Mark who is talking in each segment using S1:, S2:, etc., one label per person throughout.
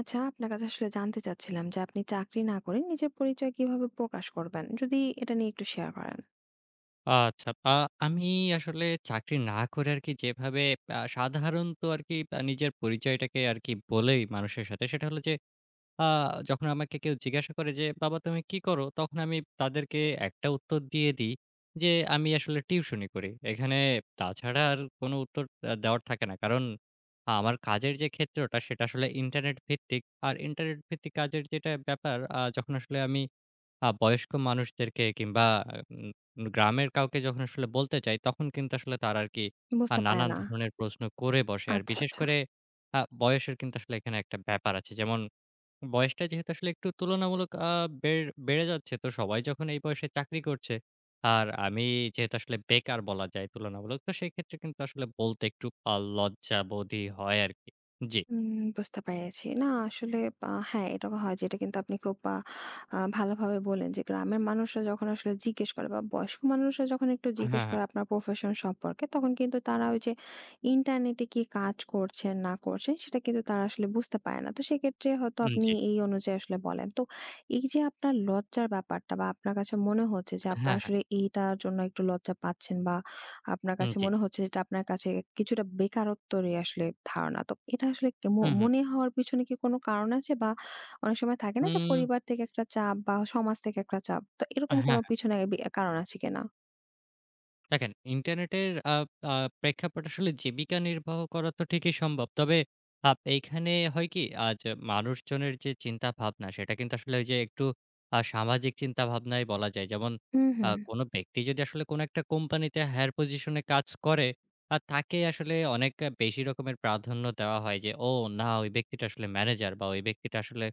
S1: আচ্ছা, আপনার কাছে আসলে জানতে চাচ্ছিলাম যে আপনি চাকরি না করে নিজের পরিচয় কিভাবে প্রকাশ করবেন? যদি এটা নিয়ে একটু শেয়ার করেন।
S2: আচ্ছা। আমি আসলে চাকরি না করে আরকি যেভাবে সাধারণত আরকি নিজের পরিচয়টাকে আরকি বলেই মানুষের সাথে সেটা হলো যে, আ যখন আমাকে কেউ জিজ্ঞাসা করে যে, "বাবা তুমি কি করো?" তখন আমি তাদেরকে একটা উত্তর দিয়ে দিই যে, "আমি আসলে টিউশনি করি।" এখানে তাছাড়া আর কোনো উত্তর দেওয়ার থাকে না। কারণ আমার কাজের যে ক্ষেত্রটা সেটা আসলে ইন্টারনেট ভিত্তিক। আর ইন্টারনেট ভিত্তিক কাজের যেটা ব্যাপার যখন আসলে আমি বয়স্ক মানুষদেরকে কিংবা উম গ্রামের কাউকে যখন আসলে বলতে যাই, তখন কিন্তু আসলে তারা আরকি
S1: বুঝতে পারে
S2: নানান
S1: না।
S2: ধরনের প্রশ্ন করে বসে। আর
S1: আচ্ছা,
S2: বিশেষ
S1: আচ্ছা।
S2: করে বয়সের কিন্তু আসলে এখানে একটা ব্যাপার আছে। যেমন বয়সটা যেহেতু আসলে একটু তুলনামূলক বেড়ে যাচ্ছে, তো সবাই যখন এই বয়সে চাকরি করছে, আর আমি যেহেতু আসলে বেকার বলা যায় তুলনামূলক, তো সেক্ষেত্রে কিন্তু আসলে বলতে একটু লজ্জাবোধই হয় আরকি। জি।
S1: হুম, বুঝতে পেরেছি। না আসলে হ্যাঁ, এটা হয় যেটা কিন্তু আপনি খুব আ আ ভালোভাবে বললেন যে গ্রামের মানুষরা যখন আসলে জিজ্ঞেস করে বা বয়স্ক মানুষরা যখন একটু জিজ্ঞেস
S2: হ্যাঁ, হ্যাঁ।
S1: করে আপনার প্রফেশন সম্পর্কে তখন কিন্তু তারা ওই যে ইন্টারনেটে কি কাজ করছেন না করছেন সেটা কিন্তু তারা আসলে বুঝতে পারে না। তো সেক্ষেত্রে হয়তো
S2: উম
S1: আপনি
S2: জি।
S1: এই অনুযায়ী আসলে বলেন। তো এই যে আপনার লজ্জার ব্যাপারটা বা আপনার কাছে মনে হচ্ছে যে আপনার
S2: হ্যাঁ, হ্যাঁ।
S1: আসলে এইটার জন্য একটু লজ্জা পাচ্ছেন বা আপনার
S2: উম
S1: কাছে
S2: জি।
S1: মনে হচ্ছে এটা আপনার কাছে কিছুটা বেকারত্বেরই আসলে ধারণা। তো এটা আসলে কে ম
S2: হুম, হুম।
S1: মনে হওয়ার পিছনে কি কোনো কারণ আছে? বা অনেক সময় থাকে না যে
S2: উম
S1: পরিবার থেকে একটা চাপ বা সমাজ থেকে একটা চাপ। তো এরকম কোনো
S2: হ্যাঁ,
S1: পিছনে কারণ আছে কিনা?
S2: দেখেন, ইন্টারনেটের আ আ প্রেক্ষাপট আসলে জীবিকা নির্বাহ করা তো ঠিকই সম্ভব। তবে এইখানে হয় কি যে মানুষজনের যে চিন্তাভাবনা সেটা কিন্তু আসলে ওই যে একটু সামাজিক চিন্তাভাবনাই বলা যায়। যেমন
S1: হুম, হুম।
S2: কোনো ব্যক্তি যদি আসলে কোনো একটা কোম্পানিতে হায়ার পজিশনে কাজ করে, তাকে আসলে অনেক বেশি রকমের প্রাধান্য দেওয়া হয় যে, "ও না ওই ব্যক্তিটা আসলে ম্যানেজার বা ওই ব্যক্তিটা আসলে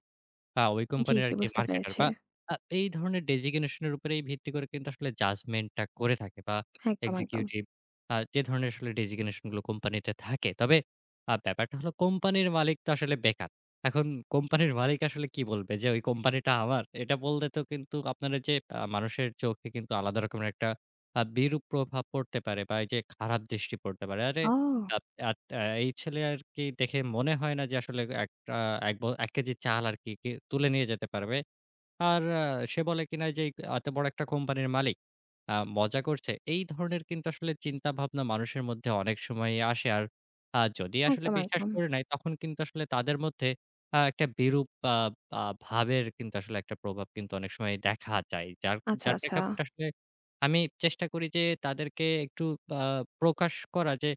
S2: ওই
S1: জি,
S2: কোম্পানির
S1: জি,
S2: আরকি
S1: বুঝতে
S2: মার্কেটার
S1: পেরেছি।
S2: বা এই ধরনের ডেজিগনেশন এর উপরেই ভিত্তি করে কিন্তু আসলে জাজমেন্ট টা করে থাকে বা
S1: একদম, একদম।
S2: এক্সিকিউটিভ যে ধরনের আসলে ডেজিগনেশন গুলো কোম্পানিতে থাকে।" তবে ব্যাপারটা হলো কোম্পানির মালিক তো আসলে বেকার। এখন কোম্পানির মালিক আসলে কি বলবে যে ওই কোম্পানিটা আমার। এটা বললে তো কিন্তু আপনার ওই যে মানুষের চোখে কিন্তু আলাদা রকমের একটা বিরূপ প্রভাব পড়তে পারে বা এই যে খারাপ দৃষ্টি পড়তে পারে। আরে
S1: ও!
S2: আত আত আ এই ছেলে আরকি দেখে মনে হয় না যে আসলে একটা এক ব ১ কেজি চাল আরকি কে তুলে নিয়ে যেতে পারবে। আর সে বলে কিনা যে এত বড় একটা কোম্পানির মালিক। মজা করছে। এই ধরনের কিন্তু আসলে চিন্তাভাবনা মানুষের মধ্যে অনেক সময় আসে। আর যদি আসলে
S1: একদম,
S2: বিশ্বাস
S1: একদম।
S2: করে নেয় তখন কিন্তু আসলে তাদের মধ্যে একটা বিরূপ আ আ ভাবের কিন্তু আসলে একটা প্রভাব কিন্তু অনেক সময় দেখা যায়। যার
S1: আচ্ছা,
S2: যার
S1: আচ্ছা।
S2: প্রেক্ষাপটে আসলে আমি চেষ্টা করি যে তাদেরকে একটু আ প্রকাশ করা যে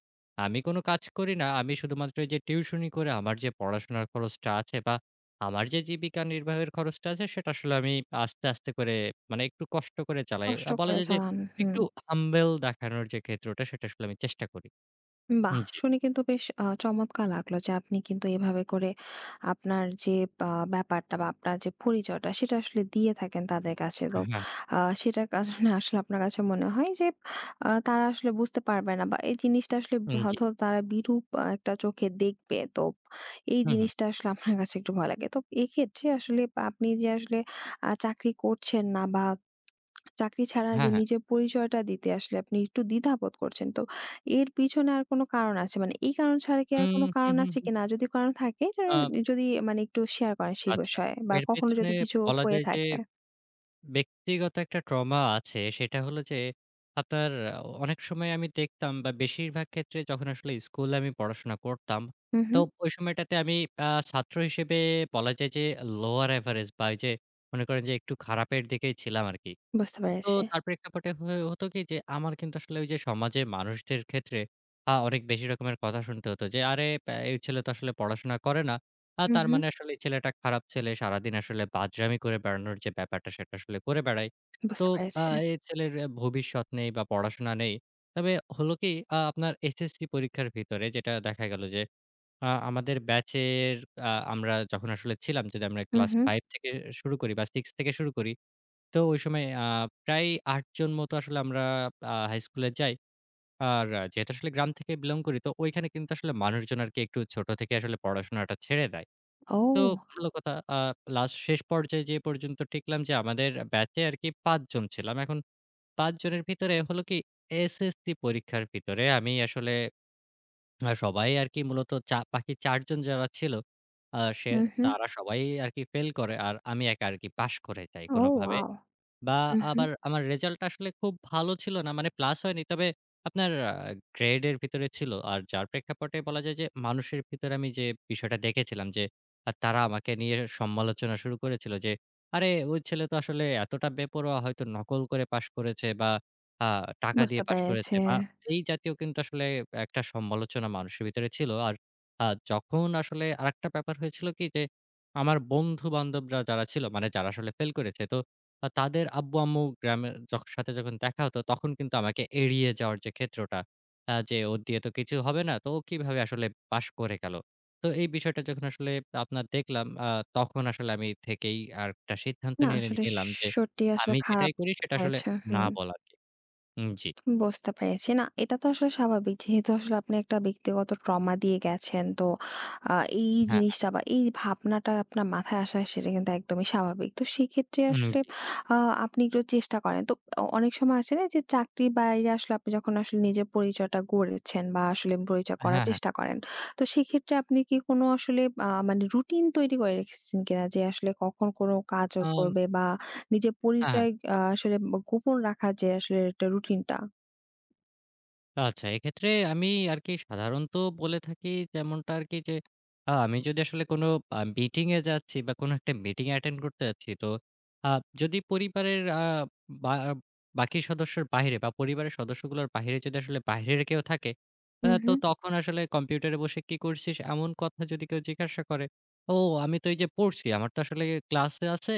S2: আমি কোন কাজ করি না। আমি শুধুমাত্র এই যে টিউশনি করে আমার যে পড়াশোনার খরচটা আছে বা আমার যে জীবিকা নির্বাহের খরচটা আছে সেটা আসলে আমি আস্তে, আস্তে করে মানে একটু কষ্ট করে চালাই।
S1: কষ্ট
S2: বলা
S1: করে
S2: যায় যে
S1: চালান। হুম।
S2: একটু হাম্বল দেখানোর যে ক্ষেত্রটা সেটা আসলে আমি চেষ্টা করি।
S1: বাহ!
S2: হুম, জি।
S1: শুনে কিন্তু বেশ চমৎকার লাগলো যে আপনি কিন্তু এভাবে করে আপনার যে বা ব্যাপারটা বা আপনার যে পরিচয়টা সেটা আসলে দিয়ে থাকেন তাদের কাছে। তো
S2: হ্যাঁ,
S1: সেটার কারণে আসলে আপনার কাছে মনে হয় যে তারা আসলে বুঝতে পারবে না বা এই জিনিসটা আসলে
S2: হুম, জি।
S1: হয়তো তারা বিরূপ একটা চোখে দেখবে। তো এই
S2: হুম, হুম।
S1: জিনিসটা আসলে আপনার কাছে একটু ভয় লাগে। তো এক্ষেত্রে আসলে আপনি যে আসলে চাকরি করছেন না বা চাকরি ছাড়া যে
S2: হ্যাঁ, হ্যাঁ।
S1: নিজের পরিচয়টা দিতে আসলে আপনি একটু দ্বিধাবোধ করছেন। তো এর পিছনে আর কোনো কারণ আছে? মানে এই কারণ ছাড়া কি আর কোনো
S2: উম হু,
S1: কারণ
S2: হু,
S1: আছে
S2: হু।
S1: কিনা? আর যদি কারণ থাকে
S2: আ
S1: যদি মানে একটু শেয়ার করেন সেই
S2: আচ্ছা।
S1: বিষয়ে বা
S2: এর
S1: কখনো
S2: পেছনে
S1: যদি কিছু
S2: বলা
S1: হয়ে
S2: যায় যে
S1: থাকে?
S2: ব্যক্তিগত একটা ট্রমা আছে সেটা হলো যে, আপনার অনেক সময় আমি দেখতাম বা বেশিরভাগ ক্ষেত্রে যখন আসলে স্কুলে আমি পড়াশোনা করতাম,
S1: হু, হু।
S2: তো ওই সময়টাতে আমি ছাত্র হিসেবে বলা যায় যে লোয়ার এভারেজ বা ওই যে মনে করেন যে একটু খারাপের দিকেই ছিলাম আরকি।
S1: বুঝতে
S2: তো
S1: পেরেছি।
S2: তার প্রেক্ষাপটে হয়ে হতো কি যে, আমার কিন্তু আসলে ওই যে সমাজে মানুষদের ক্ষেত্রে অনেক বেশি রকমের কথা শুনতে হতো যে, "আরে এই ছেলে তো আসলে পড়াশোনা করে না।
S1: হু,
S2: তার
S1: হু।
S2: মানে আসলে এই ছেলেটা খারাপ ছেলে। সারাদিন আসলে বাজরামি করে বেড়ানোর যে ব্যাপারটা সেটা আসলে করে বেড়ায়। তো
S1: বুঝতে
S2: আ
S1: পেরেছি।
S2: এই ছেলের ভবিষ্যৎ নেই বা পড়াশোনা নেই।" তবে হলো কি আপনার এসএসসি পরীক্ষার ভিতরে যেটা দেখা গেল যে, আমাদের ব্যাচের আমরা যখন আসলে ছিলাম যদি আমরা
S1: হু,
S2: ক্লাস
S1: হু।
S2: ৫ থেকে শুরু করি বা ৬ থেকে শুরু করি তো ওই সময় প্রায় ৮ জন মতো আসলে আমরা হাই স্কুলে যাই। আর আহ, যেহেতু আসলে গ্রাম থেকে বিলং করি তো ওইখানে কিন্তু আসলে মানুষজন আরকি একটু ছোট থেকে আসলে পড়াশোনাটা ছেড়ে দেয়। তো
S1: ও!
S2: ভালো কথা লাস্ট শেষ পর্যায়ে যেয়ে পর্যন্ত টিকলাম যে আমাদের ব্যাচে আরকি ৫ জন ছিলাম। এখন ৫ জনের ভিতরে হলো কি এসএসসি পরীক্ষার ভিতরে আমি আসলে সবাই আরকি মূলত বাকি ৪ জন যারা ছিল আ সে
S1: হু, হু।
S2: তারা সবাই আরকি ফেল করে। আর আমি একা আরকি পাস করে যাই
S1: ও,
S2: কোনভাবে।
S1: ওয়াও!
S2: বা
S1: হু, হু।
S2: আবার আমার রেজাল্টটা আসলে খুব ভালো ছিল না। মানে প্লাস হয়নি। তবে আপনার গ্রেডের ভিতরে ছিল। আর যার প্রেক্ষাপটে বলা যায় যে মানুষের ভিতরে আমি যে বিষয়টা দেখেছিলাম যে তারা আমাকে নিয়ে সমালোচনা শুরু করেছিল যে, "আরে ওই ছেলে তো আসলে এতটা বেপরোয়া হয়তো নকল করে পাস করেছে বা আ টাকা
S1: বুঝতে
S2: দিয়ে পাস
S1: পেরেছি।
S2: করেছে" বা এই জাতীয় কিন্তু আসলে একটা সমালোচনা মানুষের ভিতরে ছিল। আর আ যখন আসলে আরেকটা ব্যাপার হয়েছিল কি যে আমার বন্ধু-বান্ধবরা যারা ছিল মানে যারা আসলে ফেল করেছে তো তাদের আব্বু-আম্মু গ্রামের সাথে যখন দেখা হতো, তখন কিন্তু আমাকে এড়িয়ে যাওয়ার যে ক্ষেত্রটা, যে ওর দিয়ে তো কিছু হবে না, তো ও কিভাবে আসলে পাস করে গেল? তো এই বিষয়টা যখন আসলে আপনার দেখলাম, তখন আসলে আমি থেকেই আরেকটা সিদ্ধান্ত
S1: না
S2: নিয়ে
S1: আসলে
S2: নিলাম যে,
S1: সত্যি আসলে
S2: আমি
S1: খারাপ
S2: যেটাই করি সেটা আসলে
S1: হয়েছে।
S2: না
S1: হুম।
S2: বলা আরকি। উম জি।
S1: বুঝতে পেরেছি। না, এটা তো আসলে স্বাভাবিক। যেহেতু আসলে আপনি একটা ব্যক্তিগত ট্রমা দিয়ে গেছেন। তো আ এই
S2: হ্যাঁ, হ্যাঁ।
S1: জিনিসটা বা এই ভাবনাটা আপনার মাথায় আসা সেটা কিন্তু একদমই স্বাভাবিক। তো সেক্ষেত্রে
S2: উম
S1: আসলে
S2: জি।
S1: আ আপনি একটু চেষ্টা করেন। তো অনেক সময় আছে না যে চাকরির বাইরে আসলে আপনি যখন আসলে নিজের পরিচয়টা গড়েছেন বা আসলে পরিচয় করার
S2: হ্যাঁ, হ্যাঁ।
S1: চেষ্টা করেন। তো সেক্ষেত্রে আপনি কি কোনো আসলে মানে রুটিন তৈরি করে রেখেছেন কিনা? যে আসলে কখন কোনো কাজ
S2: আম
S1: করবে বা নিজের
S2: হ্যাঁ, হ্যাঁ।
S1: পরিচয় আসলে গোপন রাখার যে আসলে একটা রুটিনটা?
S2: আচ্ছা, এক্ষেত্রে আমি আরকি সাধারণত বলে থাকি যেমনটা আরকি যে, আমি যদি আসলে কোনো মিটিং এ যাচ্ছি বা কোনো একটা মিটিং অ্যাটেন্ড করতে যাচ্ছি তো আ যদি পরিবারের বা বাকি সদস্যের বাহিরে বা পরিবারের সদস্যগুলোর বাহিরে যদি আসলে বাইরের কেউ থাকে,
S1: হুম,
S2: তো
S1: হুম।
S2: তখন আসলে কম্পিউটারে বসে কি করছিস? এমন কথা যদি কেউ জিজ্ঞাসা করে, "ও আমি তো এই যে পড়ছি, আমার তো আসলে ক্লাসে আছে,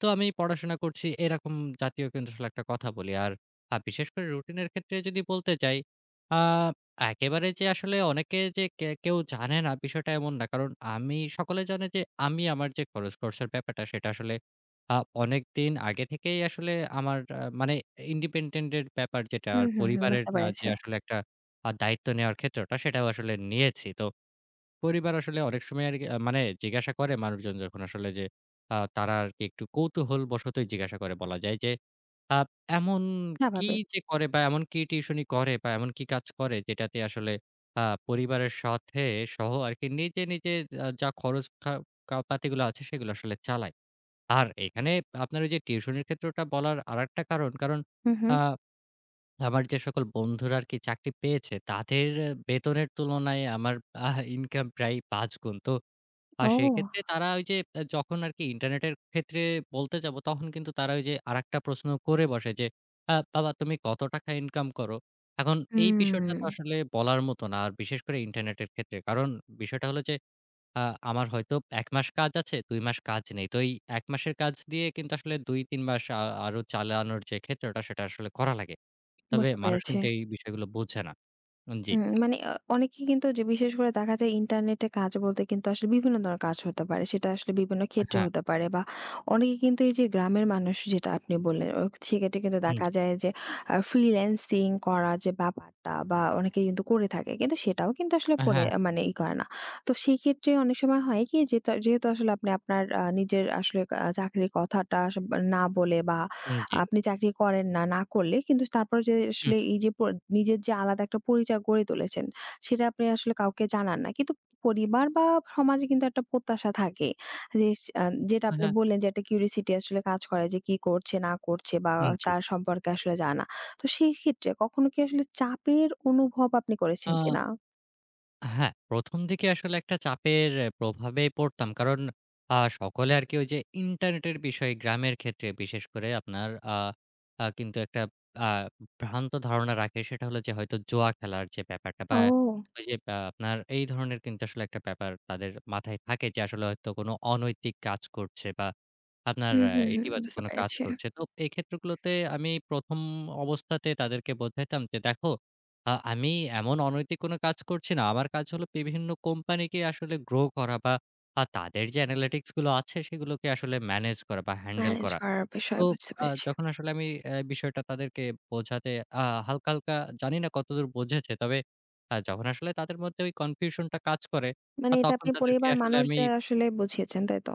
S2: তো আমি পড়াশোনা করছি" এরকম জাতীয় কিন্তু আসলে একটা কথা বলি। আর বিশেষ করে রুটিন এর ক্ষেত্রে যদি বলতে যাই আ একেবারে যে আসলে অনেকে যে কেউ জানে না বিষয়টা এমন না। কারণ আমি সকলে জানে যে আমি আমার যে খরচের ব্যাপারটা সেটা আসলে আ অনেকদিন আগে থেকেই আসলে আমার মানে ইন্ডিপেন্ডেন্ট এর ব্যাপার যেটা
S1: হুম,
S2: আর
S1: হুম, হুম,
S2: পরিবারের
S1: বুঝতে
S2: যে
S1: পেরেছি।
S2: আসলে একটা দায়িত্ব নেওয়ার ক্ষেত্রটা সেটাও আসলে নিয়েছি। তো পরিবার আসলে অনেক সময় আরকি মানে জিজ্ঞাসা করে মানুষজন যখন আসলে যে তারা আরকি একটু কৌতূহলবশতই জিজ্ঞাসা করে বলা যায় যে আ এমন কি
S1: স্বাভাবিক।
S2: যে করে বা এমন কি টিউশনি করে বা এমন কি কাজ করে যেটাতে আসলে আ পরিবারের সাথে সহ আরকি নিজে, নিজে যা খরচ খা কা পাতিগুলো আছে সেগুলো আসলে চালায়। আর এখানে আপনার ওই যে টিউশনির ক্ষেত্রটা বলার আরেকটা কারণ.
S1: হুম, হুম।
S2: আ আমার যে সকল বন্ধুরা আরকি চাকরি পেয়েছে তাদের বেতনের তুলনায় আমার আহ ইনকাম প্রায় ৫ গুণ। তো আর
S1: ও!
S2: সেক্ষেত্রে তারা ওই যে যখন আরকি ইন্টারনেটের ক্ষেত্রে বলতে যাব, তখন কিন্তু তারা ওই যে আরেকটা প্রশ্ন করে বসে যে, "বাবা তুমি কত টাকা ইনকাম করো?" এখন এই বিষয়টা তো
S1: হুম,
S2: আসলে বলার মতো না। আর বিশেষ করে ইন্টারনেটের ক্ষেত্রে। কারণ বিষয়টা হলো যে, আ আমার হয়তো ১ মাস কাজ আছে, ২ মাস কাজ নেই। তো এই ১ মাসের কাজ দিয়ে কিন্তু আসলে ২-৩ মাস আরো চালানোর যে ক্ষেত্রটা, সেটা আসলে করা লাগে। তবে
S1: বুঝতে
S2: মানুষ
S1: পেরেছি।
S2: কিন্তু এই বিষয়গুলো বোঝে না। উম জি।
S1: হুম, মানে অনেকেই কিন্তু যে বিশেষ করে দেখা যায় ইন্টারনেটে কাজ বলতে কিন্তু আসলে বিভিন্ন ধরনের কাজ হতে পারে। সেটা আসলে বিভিন্ন ক্ষেত্রে
S2: হ্যাঁ,
S1: হতে পারে বা অনেকে কিন্তু এই যে গ্রামের মানুষ যেটা আপনি বললেন, সেক্ষেত্রে কিন্তু
S2: উম
S1: দেখা
S2: জি।
S1: যায় যে ফ্রিল্যান্সিং করা যে ব্যাপারটা বা অনেকে কিন্তু করে থাকে। কিন্তু সেটাও কিন্তু আসলে
S2: হ্যাঁ,
S1: পরে
S2: হ্যাঁ।
S1: মানে করে না। তো সেই ক্ষেত্রে অনেক সময় হয় কি যে যেহেতু আসলে আপনি আপনার নিজের আসলে চাকরির কথাটা আসলে না বলে বা
S2: উম জি।
S1: আপনি চাকরি করেন না, না করলে কিন্তু তারপরে যে আসলে
S2: হুম,
S1: এই যে নিজের যে আলাদা একটা পরিচয় গড়ে তুলেছেন, সেটা আপনি আসলে কাউকে জানান না। কিন্তু পরিবার বা সমাজে কিন্তু একটা প্রত্যাশা থাকে। যে স আ যেটা
S2: হ্যাঁ,
S1: আপনি
S2: হ্যাঁ।
S1: বললেন যে একটা কিউরিওসিটি আসলে কাজ করে যে কি করছে না করছে বা
S2: উম জি।
S1: তার সম্পর্কে আসলে জানা। তো সেই ক্ষেত্রে কখনো কি আসলে চাপের অনুভব আপনি করেছেন
S2: আ
S1: কিনা?
S2: হ্যাঁ, ১ম দিকে আসলে একটা চাপের প্রভাবে পড়তাম। কারণ সকলে আরকি ওই যে ইন্টারনেটের বিষয় গ্রামের ক্ষেত্রে বিশেষ করে আপনার আ আ কিন্তু একটা আ ভ্রান্ত ধারণা রাখে সেটা হলো যে হয়তো জুয়া খেলার যে ব্যাপারটা বা
S1: ও!
S2: ওই যে আপনার এই ধরনের কিন্তু আসলে একটা ব্যাপার তাদের মাথায় থাকে যে আসলে হয়তো কোনো অনৈতিক কাজ করছে বা আপনার
S1: হুম, হুম, হুম।
S2: ইতিবাচক
S1: বুঝতে
S2: কোনো কাজ
S1: পেরেছি।
S2: করছে। তো এই ক্ষেত্রগুলোতে আমি ১ম অবস্থাতে তাদেরকে বোঝাইতাম যে দেখো আমি এমন অনৈতিক কোনো কাজ করছি না। আমার কাজ হলো বিভিন্ন কোম্পানিকে আসলে গ্রো করা বা তাদের যে অ্যানালিটিক্স গুলো আছে সেগুলোকে আসলে ম্যানেজ করা বা হ্যান্ডেল
S1: ম্যানেজ
S2: করা।
S1: করার
S2: তো
S1: বিষয় বুঝতে পেরেছি।
S2: যখন আসলে আমি বিষয়টা তাদেরকে বোঝাতে আ হালকা, হালকা জানি না কতদূর বোঝেছে। তবে যখন আসলে তাদের মধ্যে ওই কনফিউশনটা কাজ করে
S1: মানে এটা
S2: তখন
S1: আপনি
S2: তাদেরকে
S1: পরিবার
S2: আসলে আমি
S1: মানুষদের আসলে বুঝিয়েছেন, তাই তো?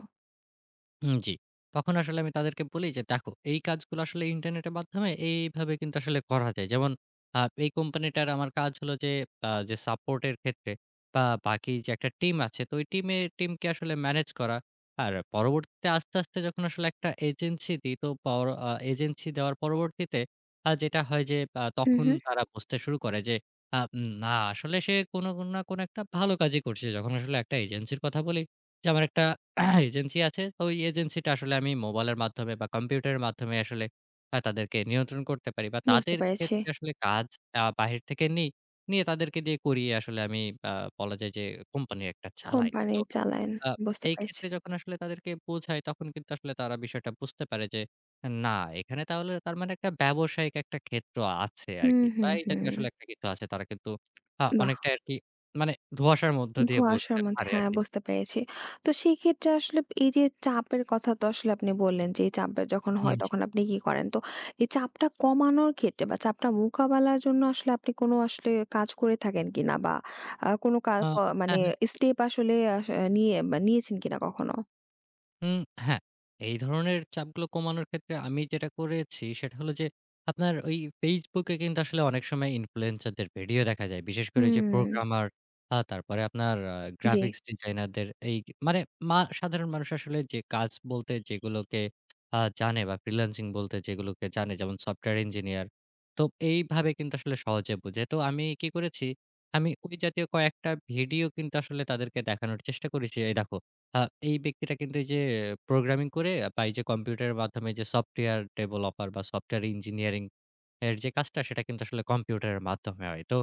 S2: হুম, জি। তখন আসলে আমি তাদেরকে বলি যে, "দেখো, এই কাজগুলো আসলে ইন্টারনেটের মাধ্যমে এইভাবে কিন্তু আসলে করা যায়।" যেমন এই কোম্পানিটার আমার কাজ হলো যে, যে সাপোর্ট এর ক্ষেত্রে বা বাকি যে একটা টিম আছে, তো ওই টিমকে আসলে ম্যানেজ করা। আর পরবর্তীতে আস্তে, আস্তে যখন আসলে একটা এজেন্সি দিই, তো পর আ এজেন্সি দেওয়ার পরবর্তীতে যেটা হয় যে,
S1: হুম,
S2: তখন
S1: হুম।
S2: তারা বুঝতে শুরু করে যে, আ না আসলে সে কোনো না কোনো একটা ভালো কাজই করছে। যখন আসলে একটা এজেন্সির কথা বলি যে, আমার একটা হ্যাঁ, এজেন্সি আছে। তো ওই এজেন্সিটা আসলে আমি মোবাইলের মাধ্যমে বা কম্পিউটারের মাধ্যমে আসলে তাদেরকে নিয়ন্ত্রণ করতে পারি বা
S1: বুঝতে
S2: তাদের
S1: পেরেছি।
S2: ক্ষেত্রে আসলে কাজ বাহির থেকে নিই। নিয়ে তাদেরকে দিয়ে করিয়ে আসলে আমি আ বলা যায় যে কোম্পানি একটা চালাই।
S1: কোম্পানি
S2: তো
S1: চালায়েন।
S2: আ
S1: বুঝতে
S2: এই
S1: পেরেছি।
S2: ক্ষেত্রে যখন আসলে তাদেরকে বোঝাই তখন কিন্তু আসলে তারা বিষয়টা বুঝতে পারে যে না এখানে তাহলে তার মানে একটা ব্যবসায়িক একটা ক্ষেত্র আছে
S1: হুম,
S2: আরকি। বা
S1: হুম,
S2: এই জাতীয়
S1: হুম।
S2: আসলে একটা কিছু আছে। তারা কিন্তু
S1: বাহ!
S2: অনেকটাই আরকি মানে ধোঁয়াশার মধ্য দিয়ে
S1: ধোঁয়াশার
S2: বুঝতে
S1: মধ্যে,
S2: পারে
S1: হ্যাঁ,
S2: আরকি।
S1: বুঝতে পেরেছি। তো সেক্ষেত্রে আসলে এই যে চাপের কথা তো আসলে আপনি বললেন যে, এই চাপটা যখন হয়
S2: হুম, জি।
S1: তখন আপনি কি করেন? তো এই চাপটা কমানোর ক্ষেত্রে বা চাপটা মোকাবেলার জন্য আসলে আপনি কোনো আসলে কাজ করে থাকেন কিনা? বা কোনো কা
S2: আ
S1: প মানে
S2: হ্যাঁ, হ্যাঁ।
S1: স্টেপ আসলে নিয়ে বা নিয়েছেন কিনা কখনো?
S2: হুম, হ্যাঁ। এই ধরনের চাপগুলো কমানোর ক্ষেত্রে আমি যেটা করেছি সেটা হলো যে, আপনার ওই Facebook এ কিন্তু আসলে অনেক সময় ইনফ্লুয়েন্সার দের ভিডিও দেখা যায়। বিশেষ করে ওই যে
S1: হুম।
S2: প্রোগ্রামার, তারপরে আপনার
S1: জি।
S2: গ্রাফিক্স ডিজাইনার দের এই মানে সাধারণ মানুষ আসলে যে কাজ বলতে যেগুলোকে জানে বা ফ্রিল্যান্সিং বলতে যেগুলোকে জানে যেমন সফটওয়্যার ইঞ্জিনিয়ার। তো এইভাবে কিন্তু আসলে সহজে বুঝে। তো আমি কি করেছি, আমি ওই জাতীয় কয়েকটা ভিডিও কিন্তু আসলে তাদেরকে দেখানোর চেষ্টা করেছি। এই দেখো আ এই ব্যক্তিটা কিন্তু এই যে প্রোগ্রামিং করে বা এই যে কম্পিউটারের মাধ্যমে যে সফটওয়্যার ডেভেলপার বা সফটওয়্যার ইঞ্জিনিয়ারিং এর যে কাজটা সেটা কিন্তু আসলে কম্পিউটারের মাধ্যমে হয়। তো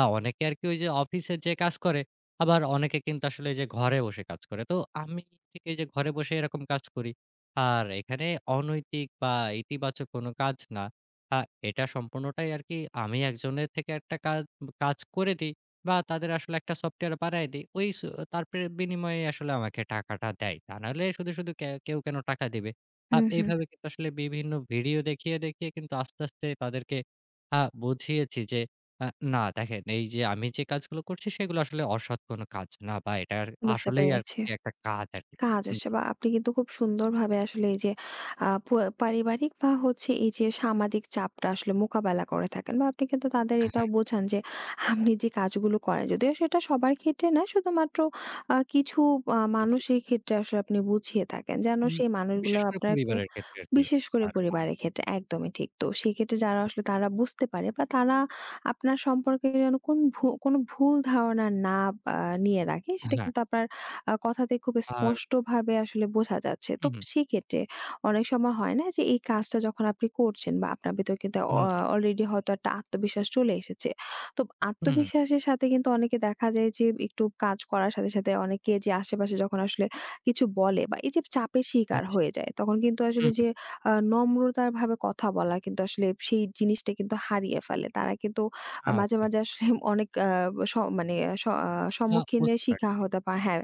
S2: অনেকে আরকি ওই যে অফিসে যেয়ে কাজ করে, আবার অনেকে কিন্তু আসলে এই যে ঘরে বসে কাজ করে। তো আমি ঠিক এই যে ঘরে বসে এরকম কাজ করি। আর এখানে অনৈতিক বা ইতিবাচক কোনো কাজ না। আ এটা সম্পূর্ণটাই আরকি আমি একজনের থেকে একটা কাজ কাজ করে দিই বা তাদের আসলে একটা সফটওয়্যার বানায় দিই। ওই স তার বিনিময়ে আসলে আমাকে টাকাটা দেয়। তা নাহলে শুধু, শুধু কেউ কেন টাকা দিবে?
S1: হুম, হুম।
S2: এইভাবে কিন্তু আসলে বিভিন্ন ভিডিও দেখিয়ে, দেখিয়ে কিন্তু আস্তে, আস্তে তাদেরকে আ বুঝিয়েছি যে আ না দেখেন এই যে আমি যে কাজগুলো করছি সেগুলো আসলে অসৎ কোনো কাজ না বা এটার
S1: বুঝতে
S2: আসলেই
S1: পেরেছি।
S2: আরকি একটা কাজ আরকি।
S1: কাজ
S2: জি,
S1: আসে বা আপনি কিন্তু খুব সুন্দরভাবে আসলে এই যে আ প পারিবারিক বা হচ্ছে এই যে সামাজিক চাপটা আসলে মোকাবেলা করে থাকেন বা আপনি কিন্তু তাদের এটাও
S2: হ্যাঁ,
S1: বোঝান যে আপনি যে কাজগুলো করেন যদিও সেটা সবার ক্ষেত্রে না, শুধুমাত্র কিছু
S2: জি।
S1: মানুষের ক্ষেত্রে আসলে আপনি বুঝিয়ে থাকেন যেন
S2: উম
S1: সেই মানুষগুলো
S2: বিশেষ করে
S1: আপনাকে
S2: পরিবারের ক্ষেত্রে আরকি।
S1: বিশেষ করে
S2: আর বা
S1: পরিবারের ক্ষেত্রে, একদমই ঠিক। তো সেক্ষেত্রে যারা আসলে তারা বুঝতে পারে বা তারা আপনার সম্পর্কে যেন কোনো ভুল ধারণা না আ নিয়ে রাখে সেটা
S2: হ্যাঁ,
S1: কিন্তু আপনার কথাতে খুব
S2: আর
S1: স্পষ্টভাবে আসলে বোঝা যাচ্ছে। তো
S2: হুম, হুম,
S1: সেক্ষেত্রে অনেক সময় হয় না যে এই কাজটা যখন আপনি করছেন বা আপনার ভেতর কিন্তু
S2: হুম, জি,
S1: অলরেডি হয়তো একটা আত্মবিশ্বাস চলে এসেছে। তো
S2: হুম, হুম,
S1: আত্মবিশ্বাসের সাথে কিন্তু অনেকে দেখা যায় যে একটু কাজ করার সাথে, সাথে অনেকে যে আশেপাশে যখন আসলে কিছু বলে বা এই যে চাপের শিকার
S2: হুম, জি,
S1: হয়ে যায় তখন কিন্তু আসলে
S2: হুম, হুম।
S1: যে নম্রতার ভাবে কথা বলা কিন্তু আসলে সেই জিনিসটা কিন্তু হারিয়ে ফেলে। তারা কিন্তু মাঝে,
S2: আচ্ছা।
S1: মাঝে আসলে অনেক আ স মানে স আ সম্মুখীনের
S2: বুঝতে
S1: শিখা
S2: পারছি।
S1: হতে পারে, হ্যাঁ।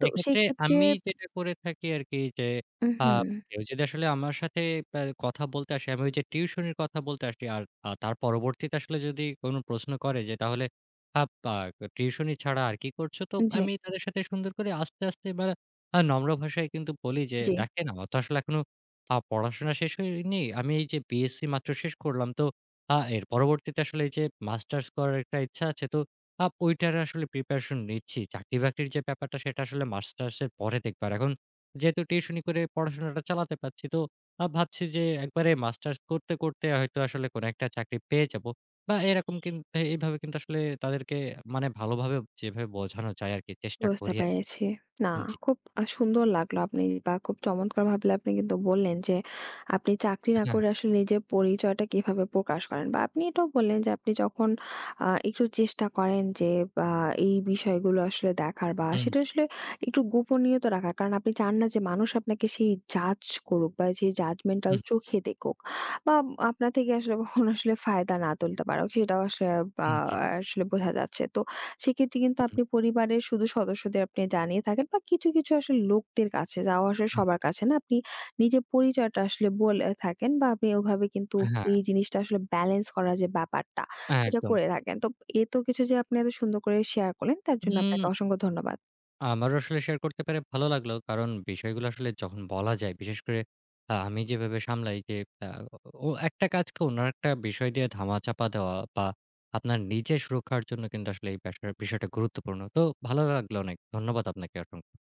S1: তো
S2: এক্ষেত্রে
S1: সেক্ষেত্রে
S2: আমি যেটা করে থাকি আরকি যে,
S1: উম
S2: আ
S1: হুম।
S2: কেউ যদি আসলে আমার সাথে কথা বলতে আসে, আমি ওই যে টিউশনির কথা বলতে আসি আর তার পরবর্তীতে আসলে যদি কোন প্রশ্ন করে যে, "তাহলে আপ আ টিউশনি ছাড়া আর কি করছো?" তো
S1: জি,
S2: আমি তাদের সাথে সুন্দর করে আস্তে, আস্তে বা নম্র ভাষায় কিন্তু বলি যে,
S1: জি।
S2: "দেখেন আমার তো আসলে এখনো পড়াশোনা শেষ হয়নি। আমি এই যে বিএসসি মাত্র শেষ করলাম। তো এর পরবর্তীতে আসলে এই যে মাস্টার্স করার একটা ইচ্ছা আছে। তো ওইটার আসলে প্রিপারেশন নিচ্ছি। চাকরি-বাকরির যে ব্যাপারটা সেটা আসলে মাস্টার্স এর পরে দেখব। আর এখন যেহেতু টিউশনি করে পড়াশোনাটা চালাতে পারছি তো ভাবছি যে একবারে মাস্টার্স করতে, করতে হয়তো আসলে কোনো একটা চাকরি পেয়ে যাব। বা এরকম কিন এ এভাবে কিন্তু আসলে তাদেরকে মানে ভালোভাবে যেভাবে বোঝানো যায় আরকি চেষ্টা
S1: বুঝতে
S2: করি আরকি।
S1: পেরেছি। না,
S2: জি।
S1: খুব সুন্দর লাগলো আপনি বা খুব চমৎকারভাবে আপনি কিন্তু বললেন যে, আপনি চাকরি না
S2: হ্যাঁ,
S1: করে আসলে নিজের পরিচয়টা কিভাবে প্রকাশ করেন বা আপনি এটাও বললেন যে, আপনি যখন একটু চেষ্টা করেন যে বা এই বিষয়গুলো আসলে দেখার বা
S2: হুম,
S1: সেটা
S2: জি,
S1: আসলে একটু গোপনীয়তা রাখার। কারণ আপনি চান না যে মানুষ আপনাকে সেই জাজ করুক বা যে জাজমেন্টাল
S2: হুম,
S1: চোখে দেখুক বা আপনার থেকে আসলে কখনো আসলে ফায়দা না তুলতে পারুক। সেটাও আসলে বা
S2: হুম, জি,
S1: আসলে বোঝা যাচ্ছে। তো সেক্ষেত্রে কিন্তু
S2: হুম,
S1: আপনি পরিবারের শুধু সদস্যদের আপনি জানিয়ে থাকেন বা কিছু, কিছু আসলে লোকদের কাছে, যাওয়া আসলে
S2: হুম।
S1: সবার কাছে না, আপনি নিজের পরিচয়টা আসলে বলে থাকেন বা আপনি ওভাবে কিন্তু
S2: হ্যাঁ,
S1: এই জিনিসটা আসলে ব্যালেন্স করার যে ব্যাপারটা সেটা
S2: একদম।
S1: করে থাকেন। তো এত কিছু যে আপনি এত সুন্দর করে শেয়ার করলেন তার জন্য আপনাকে
S2: উম
S1: অসংখ্য ধন্যবাদ।
S2: আমারও আসলে শেয়ার করতে পেরে ভালো লাগলো। কারণ বিষয়গুলো আসলে যখন বলা যায়, বিশেষ করে আমি যেভাবে সামলাই যে আ ও একটা কাজকে অন্য একটা বিষয় দিয়ে ধামাচাপা দেওয়া বা আপনার নিজের সুরক্ষার জন্য কিন্তু আসলে এই বিষয়টা গুরুত্বপূর্ণ। তো ভালো লাগলো অনেক। ধন্যবাদ আপনাকে অসংখ্য।